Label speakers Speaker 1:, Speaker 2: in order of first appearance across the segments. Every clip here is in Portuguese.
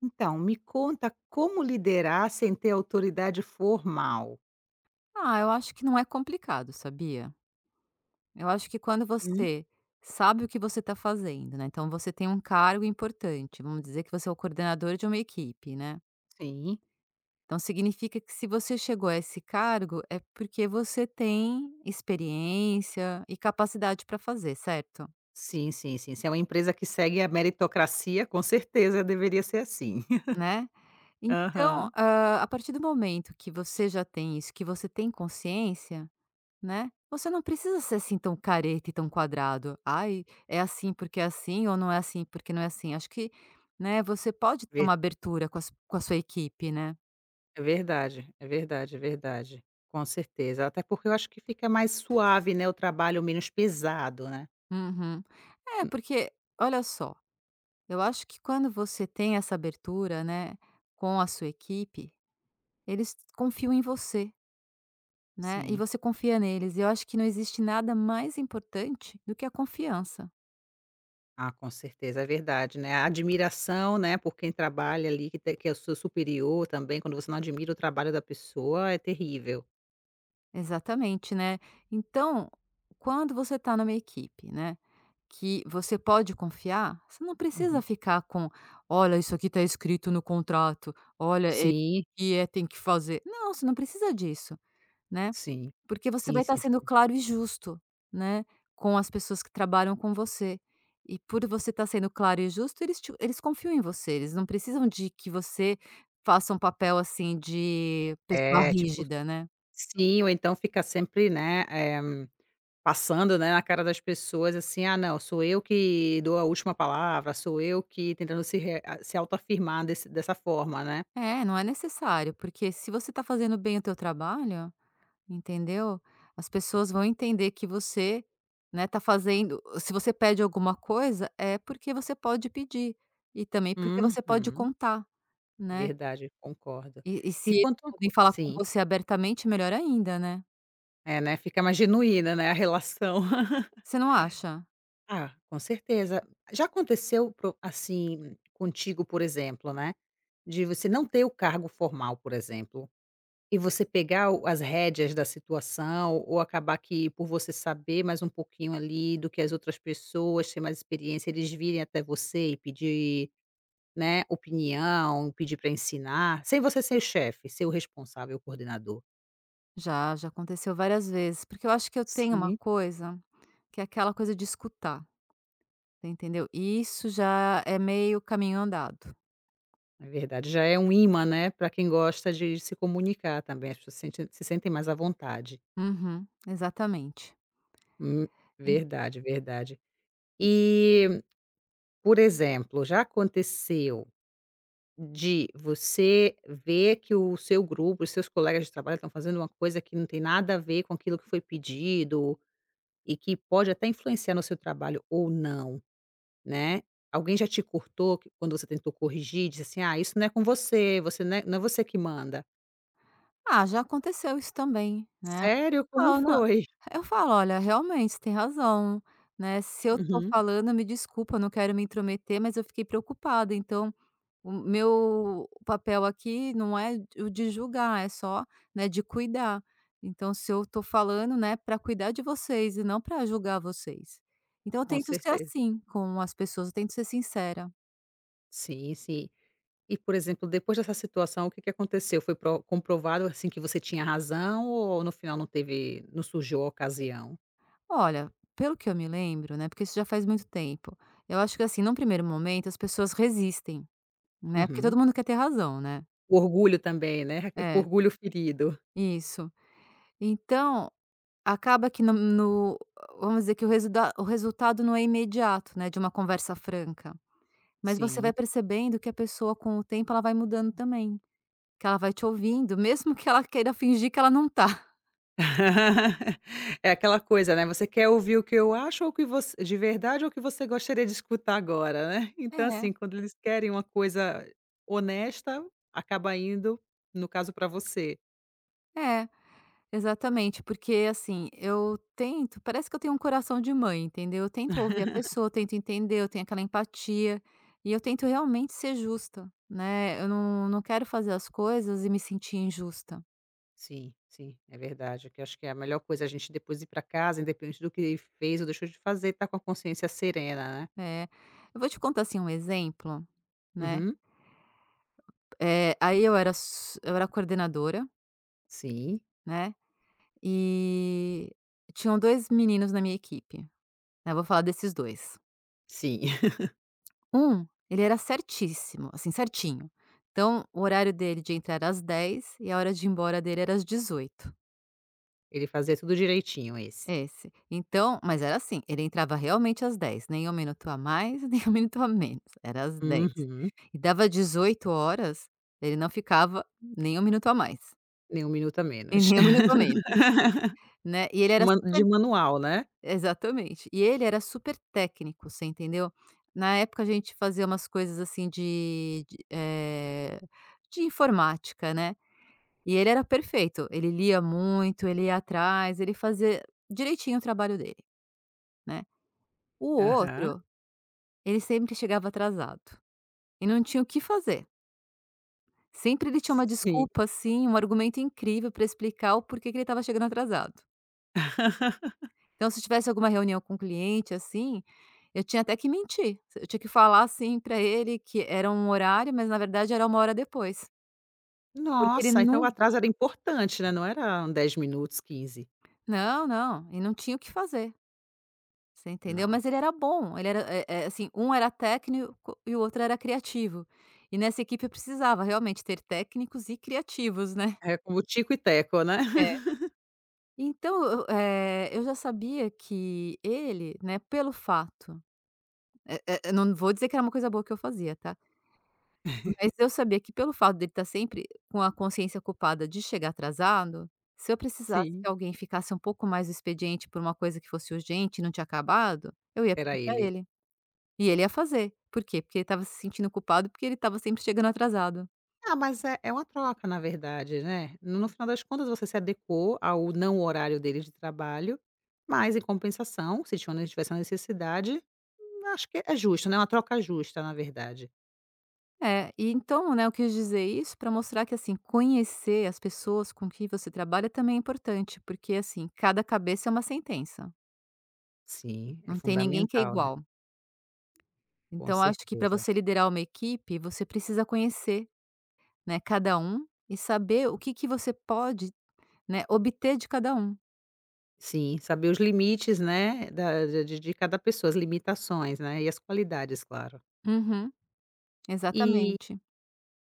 Speaker 1: Então, me conta como liderar sem ter autoridade formal.
Speaker 2: Eu acho que não é complicado, sabia? Eu acho que quando
Speaker 1: Hum.
Speaker 2: você sabe o que você está fazendo, né, então você tem um cargo importante, vamos dizer que você é o coordenador de uma equipe, né,
Speaker 1: Sim,
Speaker 2: então significa que se você chegou a esse cargo é porque você tem experiência e capacidade para fazer, certo?
Speaker 1: sim, sim, sim. Se é uma empresa que segue a meritocracia, com certeza deveria ser assim.
Speaker 2: Né? Então,
Speaker 1: Aham.
Speaker 2: a partir do momento que você já tem isso, que você tem consciência. Né, você não precisa ser assim tão careta e tão quadrado. "Ai, é assim porque é assim ou não é assim porque não é assim". Acho que, né, você pode ter
Speaker 1: ver-
Speaker 2: uma abertura com a sua equipe, né.
Speaker 1: É verdade, é verdade, é verdade. Com certeza. Até porque eu acho que fica mais suave, né? O trabalho menos pesado, né?
Speaker 2: Uhum. É,
Speaker 1: Hum.
Speaker 2: porque olha só, eu acho que quando você tem essa abertura, né, com a sua equipe, eles confiam em você, né, e
Speaker 1: Sim.
Speaker 2: você confia neles. E eu acho que não existe nada mais importante do que a confiança.
Speaker 1: Ah, com certeza, é verdade, né? A admiração, né, por quem trabalha ali, que é o seu superior também, quando você não admira o trabalho da pessoa, é terrível.
Speaker 2: Exatamente, né. Então, quando você tá numa equipe, né, que você pode confiar, você não precisa
Speaker 1: Uhum.
Speaker 2: ficar com: "Olha, isso aqui está escrito no contrato. Olha, é isso
Speaker 1: Sim,
Speaker 2: que é tem que fazer". Não, você não precisa disso, né,
Speaker 1: sim.
Speaker 2: porque você
Speaker 1: Sim,
Speaker 2: vai estar
Speaker 1: sim,
Speaker 2: sendo
Speaker 1: sim.
Speaker 2: claro e justo, né, com as pessoas que trabalham com você. E por você estar sendo claro e justo, eles confiam em você, eles não precisam de que você faça um papel, assim, de pessoa
Speaker 1: É, tipo
Speaker 2: rígida, né.
Speaker 1: sim, ou então fica sempre, né, passando, né, na cara das pessoas, assim: "Ah, não, sou eu que dou a última palavra, sou eu que", tentando se re a se autoafirmar desse dessa forma, né.
Speaker 2: É, não é necessário, porque se você está fazendo bem o teu trabalho. Entendeu? As pessoas vão entender que você, né, tá fazendo. Se você pede alguma coisa, é porque você pode pedir, e também porque você pode
Speaker 1: Uhum.
Speaker 2: contar, né.
Speaker 1: Verdade, concordo.
Speaker 2: E
Speaker 1: Me
Speaker 2: se eles
Speaker 1: conta uma
Speaker 2: podem
Speaker 1: co
Speaker 2: falar com
Speaker 1: Sim.
Speaker 2: você abertamente, melhor ainda, né.
Speaker 1: É, né, fica mais genuína, né, a relação.
Speaker 2: Você não acha?
Speaker 1: Ah, com certeza. Já aconteceu pro assim, contigo, por exemplo, né, de você não ter o cargo formal, por exemplo? E você pegar o as rédeas da situação, ou acabar que por você saber mais um pouquinho ali do que as outras pessoas, ter mais experiência, eles virem até você e pedir, né, opinião, pedir para ensinar, sem você ser o chefe, ser o responsável, o coordenador.
Speaker 2: Já aconteceu várias vezes, porque eu acho que eu tenho uma
Speaker 1: Sim.
Speaker 2: coisa, que é aquela coisa de escutar, você entendeu? E isso já é meio caminho andado.
Speaker 1: É verdade, já é um imã, né, para quem gosta de se comunicar também, as pessoas sente se sentem mais à vontade.
Speaker 2: Uhum, exatamente.
Speaker 1: Hum.
Speaker 2: E-
Speaker 1: Verdade, verdade. E, por exemplo, já aconteceu de você ver que o seu grupo, os seus colegas de trabalho estão fazendo uma coisa que não tem nada a ver com aquilo que foi pedido e que pode até influenciar no seu trabalho ou não, né. Alguém já te cortou que quando você tentou corrigir, disse assim: "Ah, isso não é com você, você não é você que manda".
Speaker 2: Ah, já aconteceu isso também, né.
Speaker 1: Sério? Como
Speaker 2: Não, não.
Speaker 1: foi?
Speaker 2: Eu falo: "Olha, realmente você tem razão, né, se eu tô
Speaker 1: Uhum.
Speaker 2: falando, me desculpa, eu não quero me intrometer, mas eu fiquei preocupada, então o meu papel aqui não é o de julgar, é só, né, de cuidar. Então se eu tô falando, né, para cuidar de vocês e não para julgar vocês". Então eu
Speaker 1: Com
Speaker 2: tento ser
Speaker 1: certeza.
Speaker 2: assim com as pessoas, eu tento ser sincera.
Speaker 1: Sim, sim. E, por exemplo, depois dessa situação, o que que aconteceu? Foi pro comprovado, assim, que você tinha razão ou no final não surgiu a ocasião?
Speaker 2: Olha, pelo que eu me lembro, né, porque isso já faz muito tempo, eu acho que, assim, num primeiro momento as pessoas resistem, né, porque
Speaker 1: Uhum.
Speaker 2: todo mundo quer ter razão, né.
Speaker 1: O orgulho também, né, o
Speaker 2: É,
Speaker 1: orgulho ferido.
Speaker 2: isso. Então, acaba que no no vamos dizer que o resulda o resultado não é imediato, né, de uma conversa franca, mas você vai
Speaker 1: Sim.
Speaker 2: percebendo que a pessoa com o tempo ela vai mudando também, que ela vai te ouvindo, mesmo que ela queira fingir que ela não tá.
Speaker 1: É aquela coisa, né, você quer ouvir o que você de verdade ou o que você gostaria de escutar agora, né. Então,
Speaker 2: É,
Speaker 1: assim, quando eles querem uma coisa honesta, acaba indo, no caso, para você.
Speaker 2: é, exatamente, porque assim, eu tento, parece que eu tenho um coração de mãe, entendeu, eu tento ouvir a pessoa, eu tento entender, eu tenho aquela empatia, e eu tento realmente ser justa, né, eu não não quero fazer as coisas e me sentir injusta.
Speaker 1: Sim, sim, é verdade, que eu acho que é a melhor coisa a gente depois ir para casa, independente do que fez ou deixou de fazer, tá com a consciência serena, né.
Speaker 2: É. Eu vou te contar, assim, um exemplo, né,
Speaker 1: Uhum.
Speaker 2: aí eu era coordenadora,
Speaker 1: Sim,
Speaker 2: né, e tinham 2 meninos na minha equipe, né. Eu vou falar desses 2.
Speaker 1: sim.
Speaker 2: Um, ele era certíssimo, assim, certinho. Então, o horário dele de entrar era às 10h e a hora de ir embora dele era às 18h.
Speaker 1: Ele fazia tudo direitinho, esse.
Speaker 2: Esse. Então, mas era assim, ele entrava realmente às 10h, nem um minuto a mais, nem um minuto a menos, era às 10h.
Speaker 1: Uhum.
Speaker 2: E dava 18h, ele não ficava nem um minuto a mais.
Speaker 1: Nem um minuto a
Speaker 2: E
Speaker 1: menos.
Speaker 2: nem muito menos, né. E ele era
Speaker 1: Man
Speaker 2: super,
Speaker 1: De manual, né?
Speaker 2: exatamente. E ele era super técnico, você entendeu. Na época a gente fazia umas coisas assim de informática, né. E ele era perfeito, ele lia muito, ele ia atrás, ele fazia direitinho o trabalho dele, né. O
Speaker 1: Aham.
Speaker 2: outro, ele sempre chegava atrasado, e não tinha o que fazer. Sempre ele tinha uma
Speaker 1: Sim.
Speaker 2: desculpa, assim, um argumento incrível pra explicar o porquê que ele estava chegando atrasado. Então, se tivesse alguma reunião com o cliente, assim, eu tinha até que mentir. Eu tinha que falar, assim, pra ele que era um horário, mas na verdade era uma hora depois. Porque ele
Speaker 1: Nossa, então
Speaker 2: não.
Speaker 1: o atraso era importante, né, não eram 10 minutos, 15.
Speaker 2: Não, não, e não tinha o que fazer, você entendeu? Mas ele
Speaker 1: Nossa.
Speaker 2: era bom, ele era, assim, um era técnico e o outro era criativo. E nessa equipe eu precisava realmente ter técnicos e criativos, né.
Speaker 1: É como Tico e Teco, né?
Speaker 2: É. Então eu, eu já sabia que ele, né, pelo fato, não vou dizer que era uma coisa boa que eu fazia, tá? Mas eu sabia que pelo fato dele estar sempre com a consciência culpada de chegar atrasado, se eu precisasse
Speaker 1: Sim,
Speaker 2: que alguém ficasse um pouco mais do expediente por uma coisa que fosse urgente e não tinha acabado, eu ia
Speaker 1: era
Speaker 2: pedir pra
Speaker 1: ele.
Speaker 2: ele. E ele ia fazer. Por quê? Porque ele estava se sentindo culpado, porque ele estava sempre chegando atrasado.
Speaker 1: Ah, mas é uma troca, na verdade, né? No final das contas, você se adequou ao não horário dele de trabalho, mas em compensação, se tinha, né, tivesse uma necessidade, acho que é justo, né, uma troca justa, na verdade.
Speaker 2: É, e então, né, eu quis dizer isso para mostrar que, assim, conhecer as pessoas com que você trabalha também é importante, porque, assim, cada cabeça é uma sentença.
Speaker 1: Sim, é
Speaker 2: Não tem ninguém que é
Speaker 1: fundamental, né?
Speaker 2: igual.
Speaker 1: Com
Speaker 2: Então, eu acho que para
Speaker 1: certeza.
Speaker 2: você liderar uma equipe, você precisa conhecer, né, cada um, e saber o que que você pode, né, obter de cada um.
Speaker 1: Sim, saber os limites, né, da de cada pessoa, as limitações, né, e as qualidades, claro.
Speaker 2: Uhum,
Speaker 1: E,
Speaker 2: exatamente.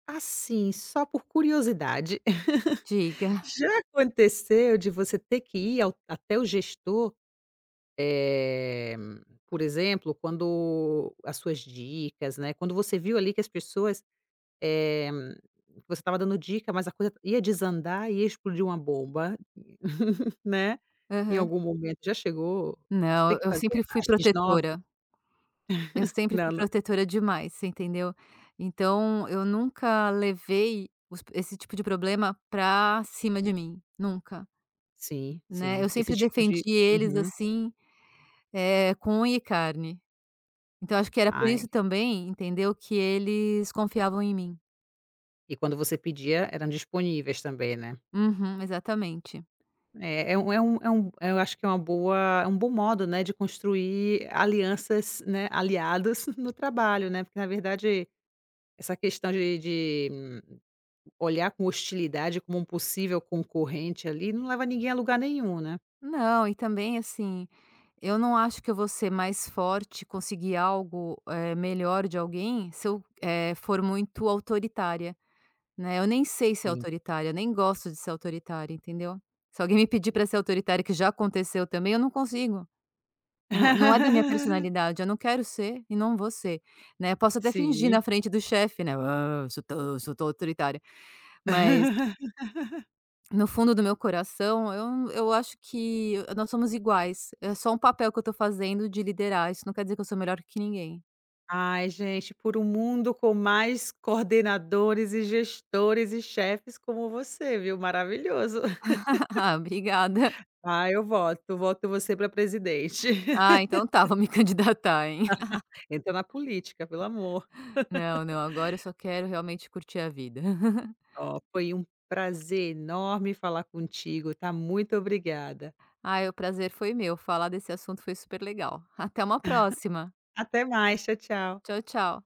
Speaker 1: assim, só por curiosidade,
Speaker 2: Diga.
Speaker 1: já aconteceu de você ter que ir ao até o gestor, eh, por exemplo, quando as suas dicas, né, quando você viu ali que as pessoas, eh, que você estava dando dica, mas a coisa ia desandar, e ia explodir uma bomba, né, em
Speaker 2: Aham.
Speaker 1: algum momento, já chegou você tem
Speaker 2: Não,
Speaker 1: que
Speaker 2: eu
Speaker 1: fazer
Speaker 2: sempre fui
Speaker 1: a X9?
Speaker 2: protetora, eu sempre
Speaker 1: Não,
Speaker 2: fui
Speaker 1: não.
Speaker 2: protetora demais, você entendeu? Então, eu nunca levei os esse tipo de problema pra cima de mim, nunca,
Speaker 1: Sim,
Speaker 2: né. Eu
Speaker 1: sim. Esse
Speaker 2: sempre
Speaker 1: tipo de
Speaker 2: defendi eles,
Speaker 1: uhum.
Speaker 2: assim, com unha e carne. Então acho que era por
Speaker 1: Ai,
Speaker 2: isso também, entendeu, que eles confiavam em mim.
Speaker 1: e quando você pedia, eram disponíveis também, né.
Speaker 2: Uhum, exatamente.
Speaker 1: Eu acho que é uma boa, é um bom modo, né, de construir alianças, né, aliados no trabalho, né, porque na verdade essa questão de olhar com hostilidade como um possível concorrente ali, não leva ninguém a lugar nenhum, né.
Speaker 2: Não, e também assim, eu não acho que eu vou ser mais forte, conseguir algo, melhor de alguém se eu, for muito autoritária, né. Eu nem sei ser
Speaker 1: Sim.
Speaker 2: autoritária, eu nem gosto de ser autoritária, entendeu. Se alguém me pedir para ser autoritária, que já aconteceu também, eu não consigo. Não, não é da minha personalidade, eu não quero ser e não vou ser, né. Eu posso até fingir na
Speaker 1: Sim.
Speaker 2: frente do chefe, né: "Ah, eu sou tão autoritária", mas no fundo do meu coração, eu acho que nós somos iguais, é só um papel que eu tô fazendo de liderar, isso não quer dizer que eu sou melhor que ninguém.
Speaker 1: Ai, gente, por um mundo com mais coordenadores e gestores e chefes como você, viu, maravilhoso.
Speaker 2: Ah, obrigada.
Speaker 1: Ah, eu voto, voto você para presidente.
Speaker 2: Ah, então tá, vou me candidatar, hein.
Speaker 1: Entra na política, pelo amor.
Speaker 2: Não, não, agora eu só quero realmente curtir a vida.
Speaker 1: Ó, foi um prazer enorme falar contigo, tá, muito obrigada.
Speaker 2: Ah, o prazer foi meu, falar desse assunto foi super legal. Até uma próxima.
Speaker 1: Até mais, tchau, tchau.
Speaker 2: Tchau, tchau.